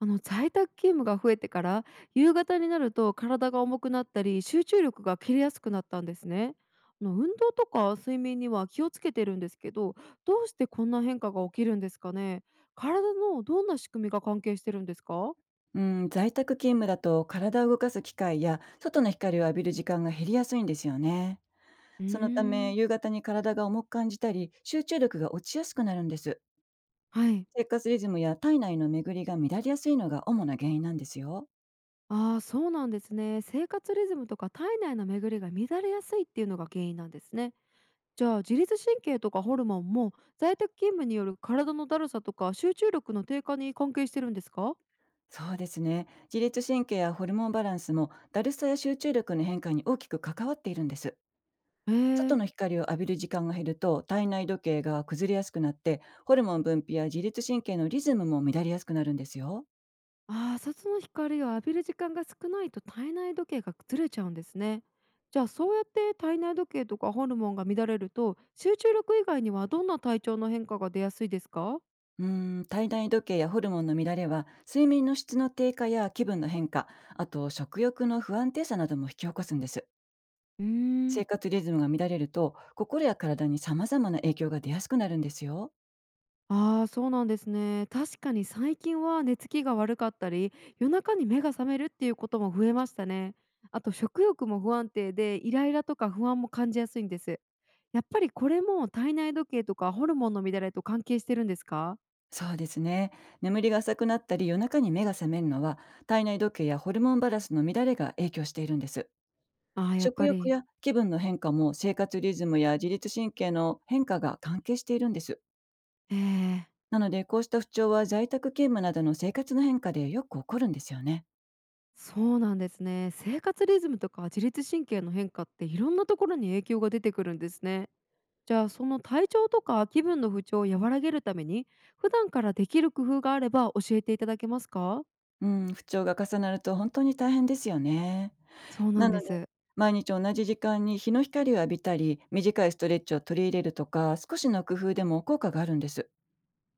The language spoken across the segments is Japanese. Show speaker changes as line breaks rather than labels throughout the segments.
在宅勤務が増えてから、夕方になると体が重くなったり集中力が切れやすくなったんですね。運動とか睡眠には気をつけてるんですけど、どうしてこんな変化が起きるんですかね。体のどんな仕組みが関係してるんですか？
うん、在宅勤務だと体を動かす機会や外の光を浴びる時間が減りやすいんですよね。
うー
そのた
ん、
め夕方に体が重く感じたり集中力が落ちやすくなるんです。
はい。
生活リズムや体内の巡りが乱れやすいのが主な原因なんですよ。
ああ、そうなんですね。生活リズムとか体内の巡りが乱れやすいっていうのが原因なんですね。じゃあ自律神経とかホルモンも在宅勤務による体のだるさとか集中力の低下に関係してるんですか？
そうですね。自律神経やホルモンバランスもだるさや集中力の変化に大きく関わっているんです。
え
外
ー、
の光を浴びる時間が減ると体内時計が崩れやすくなって、ホルモン分泌や自律神経のリズムも乱れやすくなるんですよ。
ああ、外の光を浴びる時間が少ないと体内時計がずれちゃうんですね。じゃあそうやって体内時計とかホルモンが乱れると集中力以外にはどんな体調の変化が出やすいですか？
体内時計やホルモンの乱れは睡眠の質の低下や気分の変化、あと食欲の不安定さなども引き起こすんです。
うーん、
生活リズムが乱れると心や体に様々な影響が出やすくなるんですよ。
ああー、そうなんですね。確かに最近は寝つきが悪かったり、夜中に目が覚めるっていうことも増えましたね。あと食欲も不安定で、イライラとか不安も感じやすいんです。やっぱりこれも体内時計とかホルモンの乱れと関係してるんですか？
そうですね。眠りが浅くなったり夜中に目が覚めるのは、体内時計やホルモンバランスの乱れが影響しているんです。
ああ、やっ
食
ぱ
欲
り。
や気分の変化も生活リズムや自律神経の変化が関係しているんです。
ええ、
なので、こうした不調は在宅勤務などの生活の変化でよく起こるんですよね。
そうなんですね。生活リズムとか自律神経の変化っていろんなところに影響が出てくるんですね。じゃあその体調とか気分の不調を和らげるために、普段からできる工夫があれば教えていただけますか？
うん、不調が重なると本当に大変ですよね。
そうな
な
んで
ので、
す。
毎日同じ時間に日の光を浴びたり、短いストレッチを取り入れるとか、少しの工夫でも効果があるんです。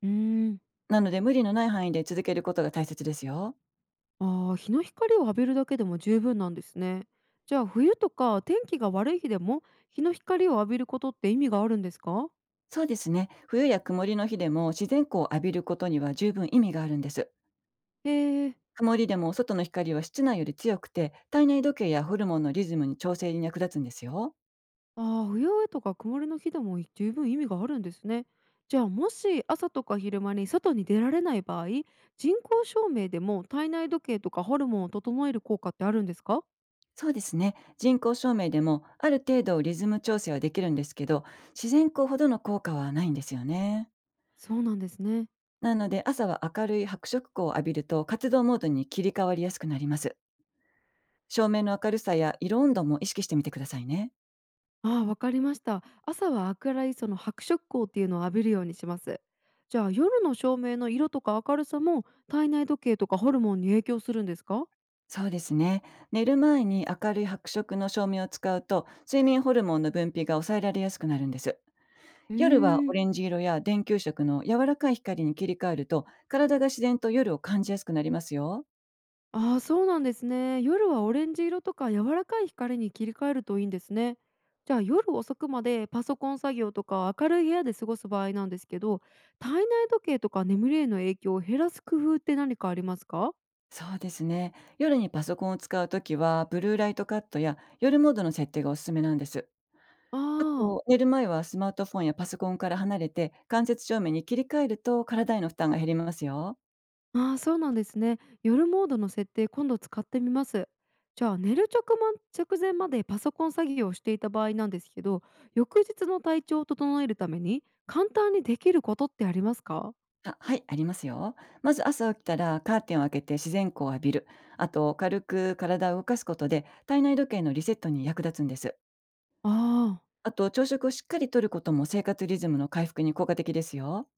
うーん。
なので、無理のない範囲で続けることが大切ですよ。
ああ、日の光を浴びるだけでも十分なんですね。じゃあ冬とか天気が悪い日でも日の光を浴びることって意味があるんですか？
そうですね。冬や曇りの日でも自然光を浴びることには十分意味があるんです。
へえ、
曇りでも外の光は室内より強くて、体内時計やホルモンのリズムに調整に役立つんですよ。
ああ、不要へとか曇りの日でも十分意味があるんですね。じゃあもし朝とか昼間に外に出られない場合、人工照明でも体内時計とかホルモンを整える効果ってあるんですか？
そうですね。人工照明でもある程度リズム調整はできるんですけど、自然光ほどの効果はないんですよね。
そうなんですね。
なので朝は明るい白色光を浴びると活動モードに切り替わりやすくなります。照明の明るさや色温度も意識してみてくださいね。
ああ、わかりました。朝は暗いその白色光っていうのを浴びるようにします。じゃあ夜の照明の色とか明るさも体内時計とかホルモンに影響するんですか？
そうですね。寝る前に明るい白色の照明を使うと睡眠ホルモンの分泌が抑えられやすくなるんです。
うー
夜はオ
ん、
レンジ色や電球色の柔らかい光に切り替えると体が自然と夜を感じやすくなりますよ。
ああ、そうなんですね。夜はオレンジ色とか柔らかい光に切り替えるといいんですね。じゃあ夜遅くまでパソコン作業とか明るい部屋で過ごす場合なんですけど、体内時計とか眠りへの影響を減らす工夫って何かありますか？
そうですね。夜にパソコンを使うときは、ブルーライトカットや夜モードの設定がおすすめなんです。
あ
あ
ー、
と、寝る前はスマートフォンやパソコンから離れて、間接照明に切り替えると体への負担が減りますよ。
あー、そうなんですね。夜モードの設定、今度使ってみます。じゃあ寝る直前、までパソコン作業をしていた場合なんですけど、翌日の体調を整えるために簡単にできることってありますか？
あ、はい、ありますよ。まず朝起きたらカーテンを開けて自然光を浴びる。あと、軽く体を動かすことで体内時計のリセットに役立つんです。
ああー。
あと、朝食をしっかりとることも生活リズムの回復に効果的ですよ。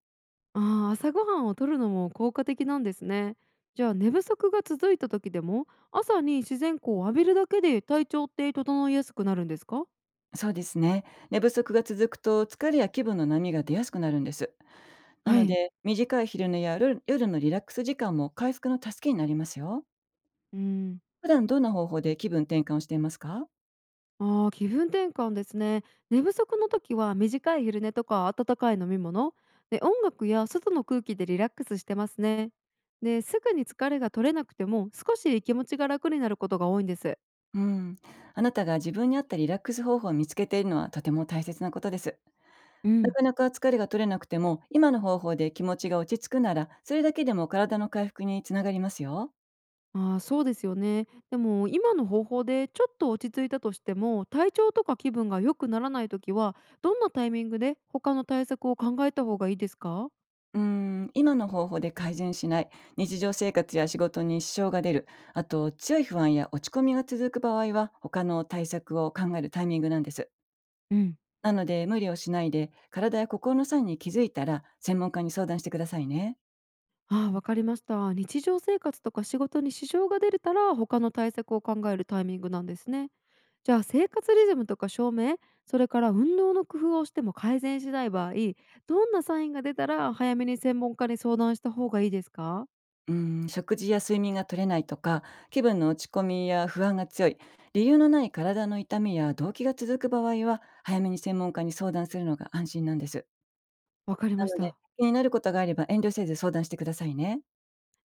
ああ、朝ごはんを摂るのも効果的なんですね。じゃあ寝不足が続いた時でも、朝に自然光を浴びるだけで体調って整いやすくなるんですか？
そうですね。寝不足が続くと疲れや気分の波が出やすくなるんです。な
は
の
い。
で、短い昼寝やる夜のリラックス時間も回復の助けになりますよ。
うん。
普段どんな方法で気分転換をしていますか？
ああ、気分転換ですね。寝不足の時は短い昼寝とか温かい飲み物で、音楽や外の空気でリラックスしてますね。ですぐに疲れが取れなくても少し気持ちが楽になることが多いんです。
うん、あなたが自分に合ったリラックス方法を見つけているのはとても大切なことです。
う
な
ん、
かなか疲れが取れなくても、今の方法で気持ちが落ち着くなら、それだけでも体の回復につながりますよ。
ああ、そうですよね。でも今の方法でちょっと落ち着いたとしても体調とか気分が良くならない時は、どんなタイミングで他の対策を考えた方がいいですか？
今の方法で改善しない、日常生活や仕事に支障が出る、あと強い不安や落ち込みが続く場合は、他の対策を考えるタイミングなんです。
うん、
なので、無理をしないで、体や心の際に気づいたら、専門家に相談してくださいね。
ああ、わかりました。日常生活とか仕事に支障が出るたら、他の対策を考えるタイミングなんですね。じゃあ生活リズムとか照明、それから運動の工夫をしても改善しない場合、どんなサインが出たら早めに専門家に相談した方がいいですか？
うん、食事や睡眠が取れないとか、気分の落ち込みや不安が強い、理由のない体の痛みや動悸が続く場合は、早めに専門家に相談するのが安心なんです。
わかり
な
まし
ので、
た。
気になることがあれば遠慮せず相談してくださいね。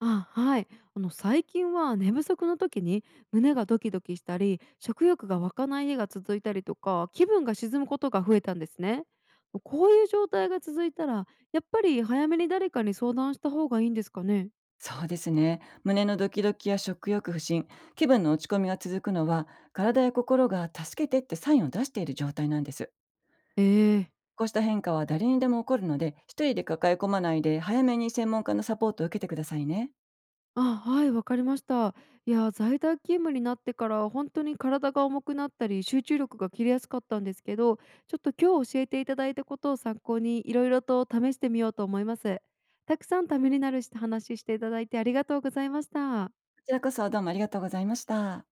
あ、はい。最近は寝不足の時に胸がドキドキしたり、食欲が湧かない日が続いたりとか、気分が沈むことが増えたんですね。こういう状態が続いたら、やっぱり早めに誰かに相談した方がいいんですかね。
そうですね。胸のドキドキや食欲不振、気分の落ち込みが続くのは、体や心が助けてってサインを出している状態なんです。
ええ、
こうした変化は誰にでも起こるので、一人で抱え込まないで、早めに専門家のサポートを受けてくださいね。
あ、はい、わかりました。いや、在宅勤務になってから本当に体が重くなったり、集中力が切れやすかったんですけど、ちょっと今日教えていただいたことを参考に、いろいろと試してみようと思います。たくさんためになるし話していただいて、ありがとうございました。
こちらこそどうもありがとうございました。